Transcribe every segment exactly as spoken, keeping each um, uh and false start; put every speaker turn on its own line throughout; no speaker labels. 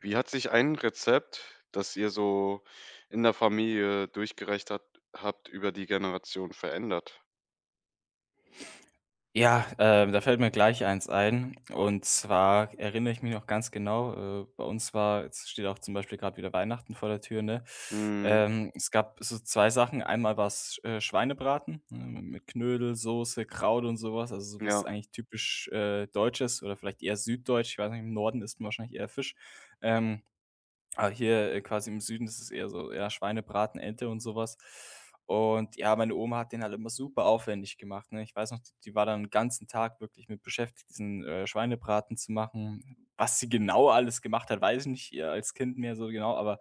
Wie hat sich ein Rezept, das ihr so in der Familie durchgereicht hat habt, über die Generation verändert?
Ja, ähm, da fällt mir gleich eins ein. Und zwar erinnere ich mich noch ganz genau, äh, bei uns war jetzt steht auch zum Beispiel gerade wieder Weihnachten vor der Tür, ne?
Mhm,
Ähm, es gab so zwei Sachen. Einmal war's, äh, Schweinebraten, ne, mit Knödel, Soße, Kraut und sowas. Also, sowas
ja,
eigentlich typisch, äh, Deutsches oder vielleicht eher süddeutsch. Ich weiß nicht, im Norden isst man wahrscheinlich eher Fisch. Ähm aber hier, äh, quasi im Süden ist es eher so, ja, Schweinebraten, Ente und sowas. Und ja, meine Oma hat den halt immer super aufwendig gemacht, ne? Ich weiß noch, die die war dann 'n ganzen Tag wirklich mit beschäftigt, diesen, äh, Schweinebraten zu machen. Was sie genau alles gemacht hat, weiß ich nicht, äh, als Kind mehr so genau, aber,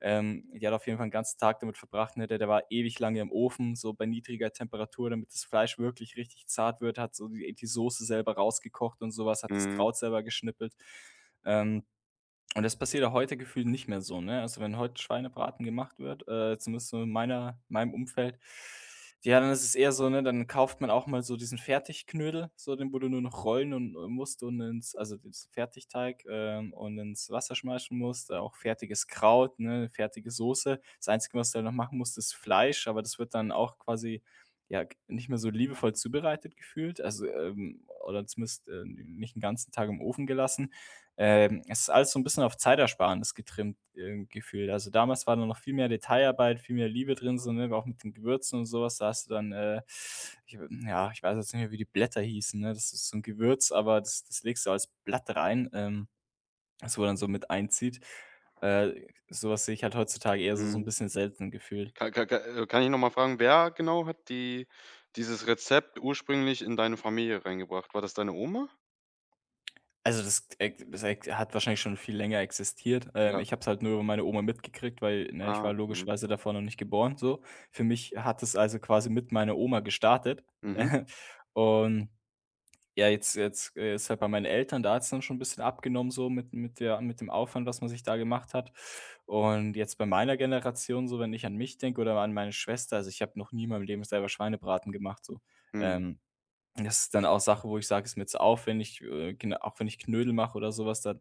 ähm, die hat auf jeden Fall 'n ganzen Tag damit verbracht, ne? Der der war ewig lange im Ofen, so bei niedriger Temperatur, damit das Fleisch wirklich richtig zart wird, hat so die die Soße selber rausgekocht und sowas. Hat das
mhm,
Kraut selber geschnippelt. Ähm und das passiert ja heute gefühlt nicht mehr so, ne? Also, wenn heute Schweinebraten gemacht wird, äh, zumindest so in meiner meinem Umfeld, ja, dann ist es eher so, ne, dann kauft man auch mal so diesen Fertigknödel, so den, wo du nur noch rollen und äh, musst und ins also, diesen Fertigteig, ähm, und ins Wasser schmeißen musst, äh, auch fertiges Kraut, ne, fertige Soße. Das Einzige, was du halt noch machen musst, ist Fleisch, aber das wird dann auch quasi, ja, g nicht mehr so liebevoll zubereitet gefühlt, also, ähm oder zumindest, äh, nicht den ganzen Tag im Ofen gelassen. Ähm, es ist alles so ein bisschen auf Zeitersparnis getrimmt, äh, gefühlt. Also, damals war da noch viel mehr Detailarbeit, viel mehr Liebe drin, so, ne, auch mit den Gewürzen und sowas. Da hast du dann, äh ich ja, ich weiß jetzt nicht mehr, wie die Blätter hießen, ne? Das ist so ein Gewürz, aber das das legst du als Blatt rein, ähm, das wo dann so mit einzieht. Äh, so sehe ich halt heutzutage eher so so ein
mhm.
bisschen selten gefühlt.
Ka ka ka äh, Kann ich noch mal fragen, wer genau hat die dieses Rezept ursprünglich in deine Familie reingebracht? War das deine Oma?
Also, das ex das ex hat wahrscheinlich schon viel länger existiert. Ähm,
Ja,
ich habe es halt nur über meine Oma mitgekriegt, weil, ne, ich
ah,
war
mhm,
logischerweise davor noch nicht geboren so. Für mich hat es also quasi mit meiner Oma gestartet.
mhm,
Und ja, jetzt jetzt, äh, ist halt bei meinen Eltern, da hat es dann schon ein bisschen abgenommen so mit mit der mit dem Aufwand, was man sich da gemacht hat. Und jetzt bei meiner Generation so, wenn ich an mich denke oder an meine Schwester, also, ich habe noch nie in meinem Leben selber Schweinebraten gemacht so.
mhm.
Ähm, Das ist dann auch Sache, wo ich sage, ist mir zu aufwendig, äh, gena auch wenn ich Knödel mache oder sowas, was, dann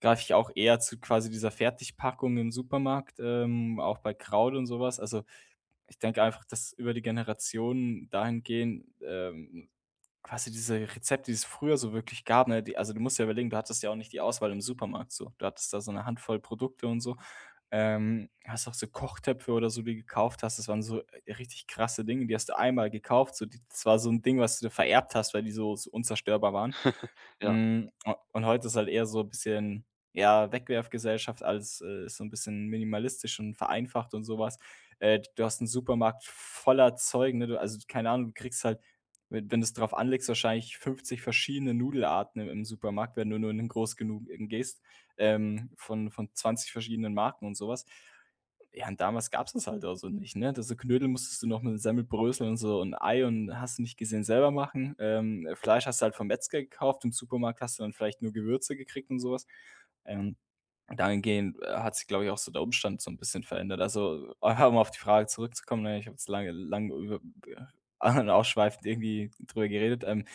greife ich auch eher zu quasi dieser Fertigpackung im Supermarkt, ähm, auch bei Kraut und sowas. Also, ich denke einfach, dass über die Generationen dahingehend, ähm quasi diese Rezepte, die es früher so wirklich gab, ne? Die, also, du musst ja überlegen, du hattest ja auch nicht die Auswahl im Supermarkt so. Du hattest da so eine Handvoll Produkte und so. Ähm, hast auch so Kochtöpfe oder so, die du gekauft hast. Das waren so, äh, richtig krasse Dinge, die hast du einmal gekauft, so die das war so ein Ding, was du dir vererbt hast, weil die so so unzerstörbar waren.
Ja,
Hm, u Und heute ist halt eher so ein bisschen, ja, Wegwerfgesellschaft, alles, äh, ist so ein bisschen minimalistisch und vereinfacht und sowas. Äh, du hast einen Supermarkt voller Zeug, ne? Du, also, keine Ahnung, du kriegst halt wenn wenn du's drauf anlegst, wahrscheinlich fünfzig verschiedene Nudelarten im im Supermarkt, wenn du nur in 'nen groß genugen gehst, ähm, von von zwanzig verschiedenen Marken und so was. Ja, und damals gab's das halt auch so nicht, ne? Das, so Knödel musstest du noch mit Semmelbrösel und so und Ei und hast du nicht gesehen selber machen. Ähm, Fleisch hast du halt vom Metzger gekauft, im Supermarkt hast du dann vielleicht nur Gewürze gekriegt und so was. Ähm, Dahingehend, äh, hat sich, glaube ich, auch so der Umstand so ein bisschen verändert. Also, ah, um auf die Frage zurückzukommen, ne, ich habe jetzt lange lange über ausschweifend irgendwie drüber geredet. Ähm,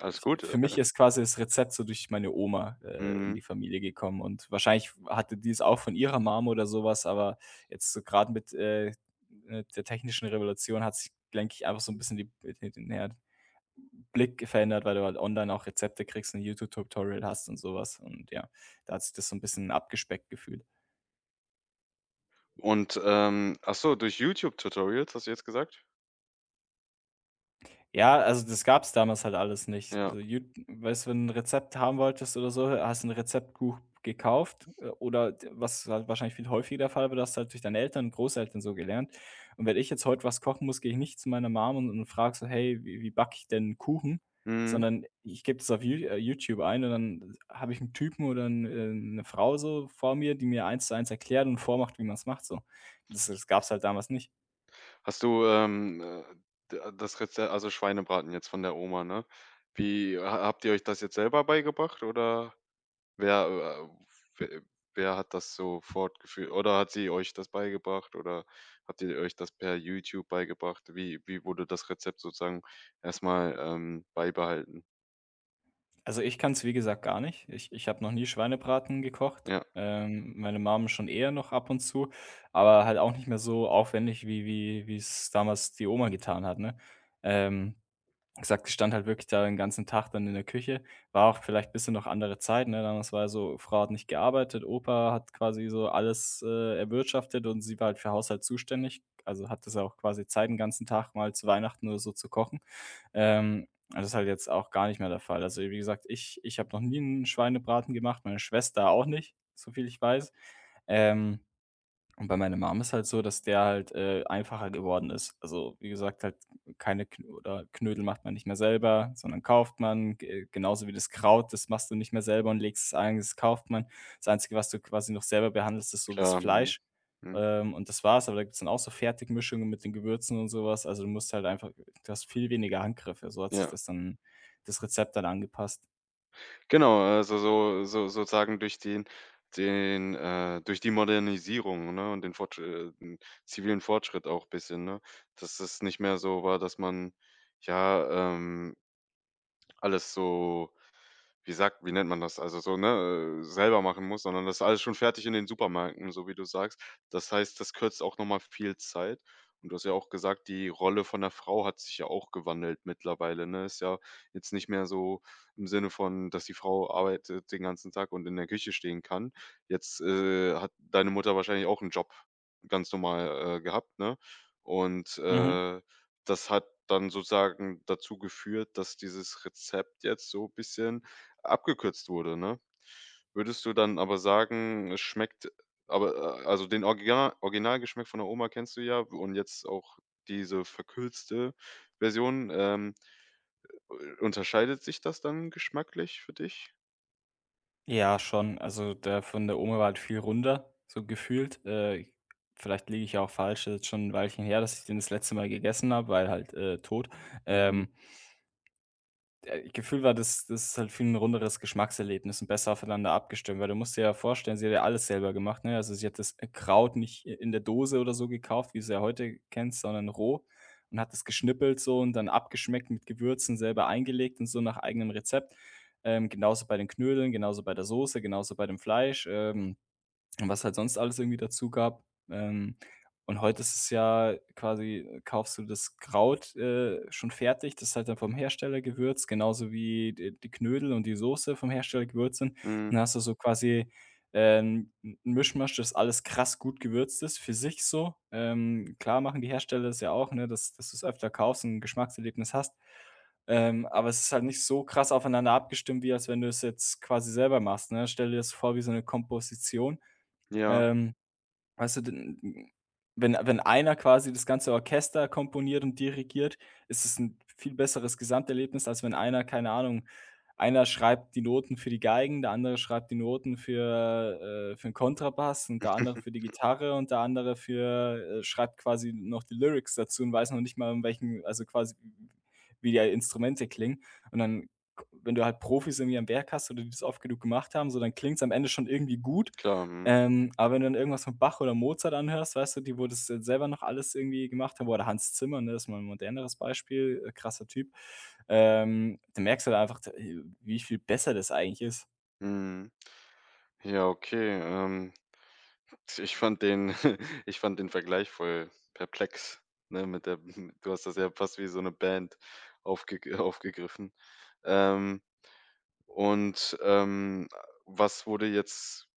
alles
ich
gut.
Für mich ist quasi das Rezept so durch meine Oma, äh, in
Mhm.
die Familie gekommen und wahrscheinlich hatte die es auch von ihrer Mama oder sowas. Aber jetzt so grad mit, äh, äh, der technischen Revolution hat sich, denke ich, einfach so ein bisschen die die, die, naja, Blick verändert, weil du halt online auch Rezepte kriegst, ein YouTube-Tutorial hast und sowas. Und ja, da hat sich das so ein bisschen abgespeckt gefühlt.
Und, ähm, ach so, durch YouTube-Tutorials hast du jetzt gesagt?
Ja, also das gab's damals halt alles nicht.
Ja,
So Jut Weißt du, wenn du 'n Rezept haben wolltest oder so, hast du 'n Rezeptbuch gekauft, äh, oder d was halt wahrscheinlich viel häufiger der Fall war, das halt durch deine Eltern und Großeltern so gelernt. Und wenn ich jetzt heute was kochen muss, gehe ich nicht zu meiner Mom und und frage so: „Hey, wie wie backe ich denn einen Kuchen?“
mhm.
Sondern ich gebe das auf Ju äh, YouTube ein und dann habe ich einen Typen oder 'n äh, 'ne Frau so vor mir, die mir eins zu eins erklärt und vormacht, wie man es macht so. Das das gab's halt damals nicht.
Hast du, ähm, äh, d äh, das Rezept also Schweinebraten jetzt von der Oma, ne? Wie ha Habt ihr euch das jetzt selber beigebracht oder wer, äh, we wer hat das so fortgeführt oder hat sie euch das beigebracht oder habt ihr euch das per YouTube beigebracht? Wie wie wurde das Rezept sozusagen erstmal ähm, beibehalten?
Also, ich kann es, wie gesagt, gar nicht. Ich ich habe noch nie Schweinebraten gekocht.
Ja,
Ähm, meine Mom schon eher noch ab und zu, aber halt auch nicht mehr so aufwendig, wie wie wie es damals die Oma getan hat, ne? Ähm, Wie gesagt, die stand halt wirklich da den ganzen Tag dann in der Küche. War auch vielleicht ein bisschen noch andere Zeit, ne? Damals war ja so, Frau hat nicht gearbeitet, Opa hat quasi so alles, äh, erwirtschaftet und sie war halt für Haushalt zuständig. Also, hatte sie auch quasi Zeit, den ganzen Tag mal zu Weihnachten oder so zu kochen. Ähm, das ist halt jetzt auch gar nicht mehr der Fall. Also, wie gesagt, ich ich habe noch nie einen Schweinebraten gemacht, meine Schwester auch nicht, so viel ich weiß. Ähm und bei meiner Mum ist halt so, dass der halt, äh, einfacher geworden ist. Also, wie gesagt, halt keine Knö oder Knödel macht man nicht mehr selber, sondern kauft man, ge genauso wie das Kraut, das machst du nicht mehr selber und legst es ein, das kauft man. Das Einzige, was du quasi noch selber behandelst, ist so das
klar, mhm.
Fleisch,
Mhm.
ähm, und das war's. Aber da gibt's dann auch so Fertigmischungen mit den Gewürzen und sowas. Also, du musst halt einfach, du hast viel weniger Handgriffe. So hat sich
Ja.
das dann das Rezept dann angepasst.
Genau, also so so sozusagen durch den den, äh durch die Modernisierung, ne, und den Fortsch äh, den zivilen Fortschritt auch bisschen, ne? Dass es nicht mehr so war, dass man, ja, ähm, alles so wie sagt wie nennt man das? Also so, ne, äh, selber machen muss, sondern das ist alles schon fertig in den Supermärkten, so wie du sagst. Das heißt, das kürzt auch nochmal viel Zeit. Und du hast ja auch gesagt, die Rolle von der Frau hat sich ja auch gewandelt mittlerweile, ne? Ist ja jetzt nicht mehr so im Sinne von, dass die Frau arbeitet den ganzen Tag und in der Küche stehen kann. Jetzt, äh, hat deine Mutter wahrscheinlich auch einen Job ganz normal, äh, gehabt, ne? Und,
Mhm.
äh, das hat dann sozusagen dazu geführt, dass dieses Rezept jetzt so ein bisschen abgekürzt wurde, ne? Würdest du dann aber sagen, es schmeckt aber, äh also, den Orgina Originalgeschmack von der Oma kennst du ja und jetzt auch diese verkürzte Version, ähm, unterscheidet sich das dann geschmacklich für dich?
Ja, schon. Also, der von der Oma war halt viel runder, so gefühlt. Äh, ich Vielleicht liege ich ja auch falsch, das ist jetzt schon 'n Weilchen her, dass ich den das letzte Mal gegessen habe, weil halt, äh, tot.
Mhm,
Ähm, äh, Gefühl war das das ist halt viel 'n runderes Geschmackserlebnis und besser aufeinander abgestimmt, weil du musst dir ja vorstellen, sie hat ja alles selber gemacht, ne? Also, sie hat das, äh, Kraut nicht in der Dose oder so gekauft, wie du's ja heute kennst, sondern roh und hat das geschnippelt so und dann abgeschmeckt mit Gewürzen, selber eingelegt und so nach eigenem Rezept. Ähm, genauso bei den Knödeln, genauso bei der Soße, genauso bei dem Fleisch, ähm und was halt sonst alles irgendwie dazu gab. Ähm, und heute ist es ja quasi äh, kaufst du das Kraut, äh, schon fertig, das ist halt dann vom Hersteller gewürzt, genauso wie d die Knödel und die Soße vom Hersteller gewürzt sind.
mhm,
Dann hast du so quasi, ähm, 'n 'n Mischmasch, das alles krass gut gewürzt ist für sich so. Ähm, klar machen die Hersteller das ja auch, ne, dass dass du's öfter kaufst und 'n Geschmackserlebnis hast. Ähm, aber es ist halt nicht so krass aufeinander abgestimmt, wie als wenn du es jetzt quasi selber machst, ne? Stell dir das vor wie so eine Komposition.
ja,
Ähm, Weißt du, denn wenn wenn einer quasi das ganze Orchester komponiert und dirigiert, ist es ein viel besseres Gesamterlebnis, als wenn einer, keine Ahnung, einer schreibt die Noten für die Geigen, der andere schreibt die Noten für, äh für 'n Kontrabass und der andere für die Gitarre und der andere für äh, schreibt quasi noch die Lyrics dazu und weiß noch nicht mal, um welchen, also quasi, wie die Instrumente klingen. Und dann, wenn du halt Profis irgendwie am Werk hast oder die das oft genug gemacht haben, so, dann klingt es am Ende schon irgendwie gut,
klar, mhm,
ähm, aber wenn du dann irgendwas von Bach oder Mozart anhörst, weißt du, die wo das jetzt selber noch alles irgendwie gemacht haben oder Hans Zimmer, ne, das ist mal 'n moderneres Beispiel, äh, krasser Typ. Ähm, da merkst du halt einfach, d wie viel besser das eigentlich ist.
mhm. Ja, okay, ähm, ich fand den ich fand den Vergleich voll perplex, ne, mit der du hast das ja fast wie so eine Band aufgeg aufgegriffen. Ähm. Und, ähm, was wurde jetzt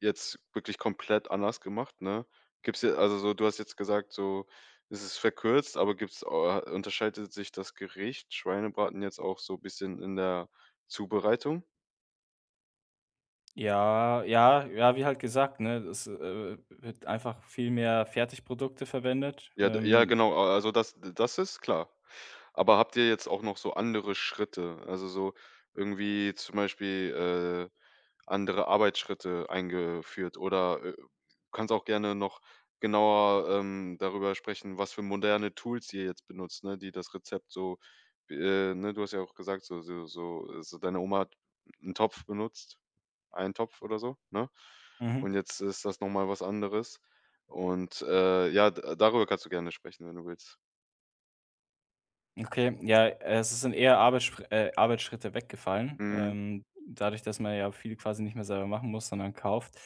jetzt wirklich komplett anders gemacht, ne? Gibt's ja also so du hast jetzt gesagt, so, es ist verkürzt, aber gibt's äh, unterscheidet sich das Gericht Schweinebraten jetzt auch so ein bisschen in der Zubereitung?
Ja, ja, ja, wie halt gesagt, ne, es, äh, wird einfach viel mehr Fertigprodukte verwendet.
Ja, d ja
Ähm,
genau, a also das das ist klar. Aber habt ihr jetzt auch noch so andere Schritte, also so irgendwie zum Beispiel, äh, andere Arbeitsschritte eingeführt oder, äh kannst auch gerne noch genauer, ähm, darüber sprechen, was für moderne Tools ihr jetzt benutzt, ne, die das Rezept so äh, ne, du hast ja auch gesagt, so so so äh, so deine Oma hat 'n Topf benutzt, einen Topf oder so, ne?
mhm.
Und jetzt ist das noch mal was anderes. Und, äh, ja, d äh, darüber kannst du gerne sprechen, wenn du willst.
Okay, ja, es sind eher Arbeitsspr äh, Arbeitsschritte weggefallen,
Mhm.
ähm, dadurch, dass man ja viel quasi nicht mehr selber machen muss, sondern kauft.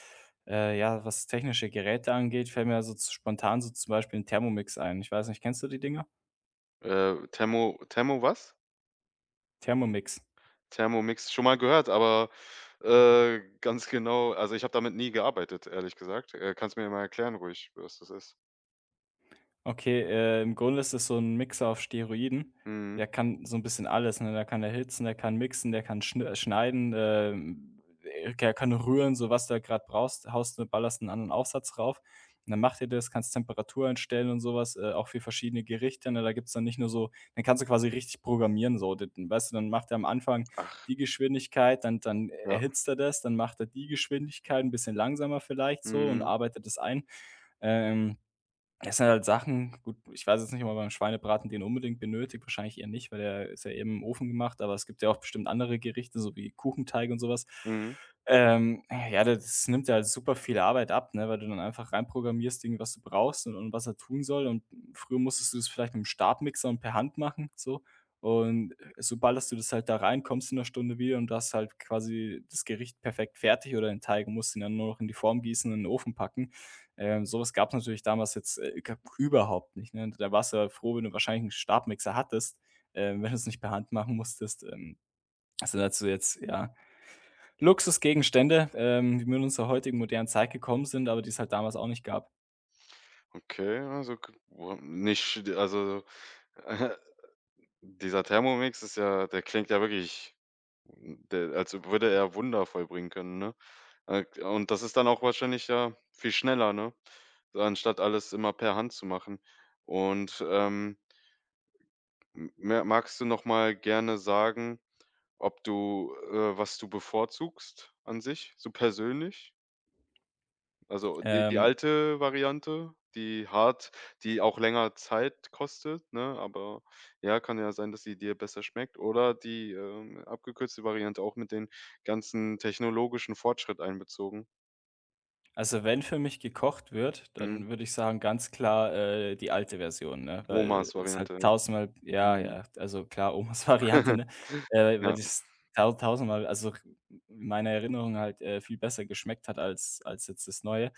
Äh, ja, was technische Geräte angeht, fällt mir so z- spontan so zum Beispiel ein Thermomix ein. Ich weiß nicht, kennst du die Dinger?
Äh, Thermo Thermo was?
Thermomix.
Thermomix schon mal gehört, aber, äh, ganz genau also, ich habe damit nie gearbeitet, ehrlich gesagt. Äh, kannst mir ja mal erklären ruhig, was das ist?
Okay, äh, im Grunde ist es so ein Mixer auf Steroiden.
Mhm.
Der kann so 'n bisschen alles, ne? Der kann erhitzen, der kann mixen, der kann schn äh, schneiden, ähm, äh, der kann rühren, so was du halt grad brauchst, haust du ballerst 'n anderen Aufsatz rauf und dann macht er das, kannst Temperatur einstellen und so was, äh, auch für verschiedene Gerichte, ne? Da gibt's dann nicht nur so dann kannst du quasi richtig programmieren so. D Weißt du, dann macht er am Anfang
Ach,
die Geschwindigkeit, dann dann
ja.
erhitzt er das, dann macht er die Geschwindigkeit 'n bisschen langsamer vielleicht so und
Mhm.
arbeitet das ein. Ähm das sind halt Sachen gut, ich weiß jetzt nicht, ob man beim Schweinebraten den unbedingt benötigt, wahrscheinlich eher nicht, weil der ist ja eben im Ofen gemacht, aber es gibt ja auch bestimmt andere Gerichte, so wie Kuchenteig und sowas.
Mhm.
Ähm, ja, das nimmt ja halt super viel Arbeit ab, ne, weil du dann einfach reinprogrammierst, Ding, was du brauchst und und was er tun soll und früher musstest du das vielleicht mit mit'm Stabmixer und per Hand machen, so. Und sobald ballerst du das halt da rein, kommst in 'ner Stunde wieder und du hast halt quasi das Gericht perfekt fertig oder den Teig und musst ihn dann nur noch in die Form gießen und in den Ofen packen. Ähm, so was gab's natürlich damals jetzt, äh, g überhaupt nicht, ne? Da warst du ja froh, wenn du wahrscheinlich einen Stabmixer hattest, ähm, wenn du es nicht per Hand machen musstest. Ähm, das sind halt so jetzt, ja, Luxusgegenstände, ähm, die mit unserer heutigen modernen Zeit gekommen sind, aber die es halt damals auch nicht gab.
Okay, also, k w nicht sch- also, dieser Thermomix ist ja der klingt ja wirklich. Der als würde er Wunder vollbringen können, ne? Äh, und das ist dann auch wahrscheinlich, ja, viel schneller, ne? So, anstatt alles immer per Hand zu machen. Und, ähm, m ma magst du noch mal gerne sagen, ob du äh, was du bevorzugst an sich, so persönlich? Also, die die
Ähm
alte Variante, die hart, die auch länger Zeit kostet, ne? Aber ja, kann ja sein, dass sie dir besser schmeckt oder die, ähm, abgekürzte Variante auch mit den ganzen technologischen Fortschritt einbezogen.
Also, wenn für mich gekocht wird,
Mhm.
dann würde ich sagen, ganz klar, äh, die alte Version, ne? Weil
Omas
es halt
Variante.
tausendmal ja,
Mhm.
ja, also klar, Omas Variante, ne? Äh, weil
Ja,
das tau tausendmal also in meiner Erinnerung halt, äh, viel besser geschmeckt hat als als jetzt das Neue.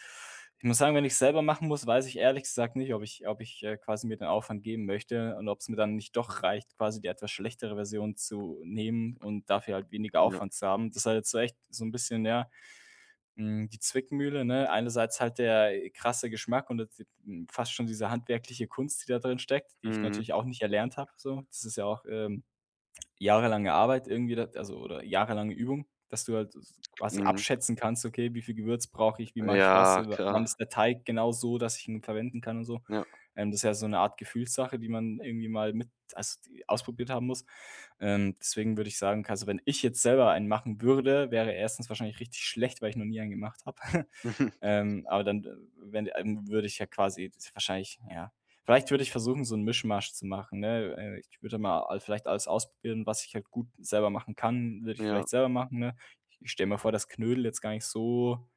Ich muss sagen, wenn ich's selber machen muss, weiß ich ehrlich gesagt nicht, ob ich ob ich, äh, quasi mir den Aufwand geben möchte und ob es mir dann nicht doch reicht, quasi die etwas schlechtere Version zu nehmen und dafür halt weniger
ja.
Aufwand zu haben. Das ist halt jetzt so echt so ein bisschen, ja hm, die Zwickmühle, ne? Einerseits halt der, äh, krasse Geschmack und jetzt, hm, fast schon diese handwerkliche Kunst, die da drin steckt, die ich
Mhm,
natürlich auch nicht erlernt habe so. Das ist ja auch, ähm, jahrelange Arbeit irgendwie da also, oder jahrelange Übung, dass du halt s quasi
mhm.
abschätzen kannst: „Okay, wie viel Gewürz brauche ich? Wie mache ich was?
Ja,
Äh, wann
klar.
ist der Teig genau so, dass ich ihn verwenden kann und so?“
Ja.
Ähm, das ist ja so eine Art Gefühlssache, die man irgendwie mal mit also, die ausprobiert haben muss. Ähm, deswegen würde ich sagen, also, wenn ich jetzt selber einen machen würde, wäre er erstens wahrscheinlich richtig schlecht, weil ich noch nie einen gemacht habe. Ähm, aber dann, äh, wenn ähm, würde ich ja quasi das wahrscheinlich ja. Vielleicht würde ich versuchen, so 'n Mischmasch zu machen, ne? Äh, ich würde mal all vielleicht alles ausprobieren, was ich halt gut selber machen kann, würde ich
Ja,
vielleicht selber machen, ne? Ich stelle mir vor, dass Knödel jetzt gar nicht so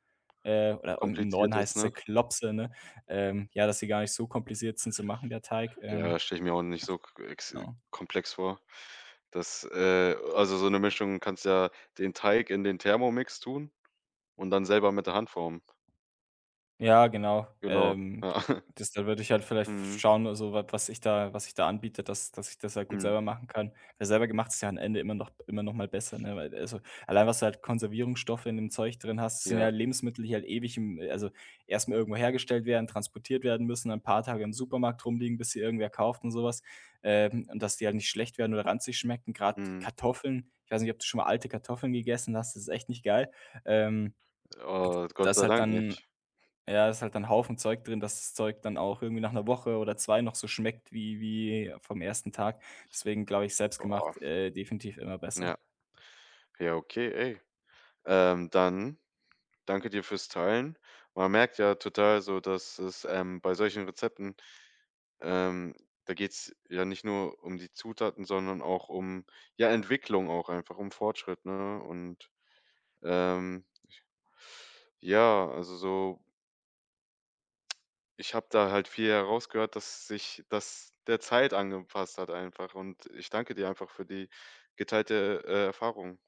äh, oder im im Norden
kompliziert ist,
heißen
ne?
sie Klopse, ne? Ähm, ja, dass sie gar nicht so kompliziert sind zu machen, der Teig,
Ja,
ähm,
das stelle ich mir auch nicht so k ex äh,
genau.
komplex vor. Das, äh also, so eine Mischung kannst ja den Teig in den Thermomix tun und dann selber mit der Hand formen.
Ja, genau.
Genau,
Ähm,
ja.
das da würde ich halt vielleicht
Mhm,
schauen, also, wa was ich da was ich da anbiete, dass dass ich das halt gut
mhm,
selber machen kann. Weil selber gemacht ist ja am Ende immer noch immer noch mal besser, ne? Weil also, allein was du halt Konservierungsstoffe in dem Zeug drin hast, sind ja
ja,
Lebensmittel, die halt ewig im also, erstmal irgendwo hergestellt werden, transportiert werden müssen, dann 'n paar Tage im Supermarkt rumliegen, bis sie irgendwer kauft und sowas. Ähm, und dass die halt nicht schlecht werden oder ranzig schmecken. Gerade
mhm.
Kartoffeln, ich weiß nicht, ob du schon mal alte Kartoffeln gegessen hast, das ist echt nicht geil. Ähm,
Oh, Gott
das
sei
halt
Dank
dann
nicht.
ja, ist halt dann Haufen Zeug drin, dass das Zeug dann auch irgendwie nach einer Woche oder zwei noch so schmeckt wie wie vom ersten Tag. Deswegen glaube ich,
Boah,
selbstgemacht, äh, definitiv immer besser.
ja. Ja, okay, ey. Ähm, dann danke dir fürs Teilen. Man merkt ja total so, dass es, ähm, bei solchen Rezepten. Ähm, da geht's ja nicht nur um die Zutaten, sondern auch um, ja, Entwicklung auch einfach, um Fortschritt, ne? Und, ähm, ja, also so ich habe da halt viel herausgehört, dass sich das der Zeit angepasst hat einfach und ich danke dir einfach für die geteilte, äh, Erfahrung.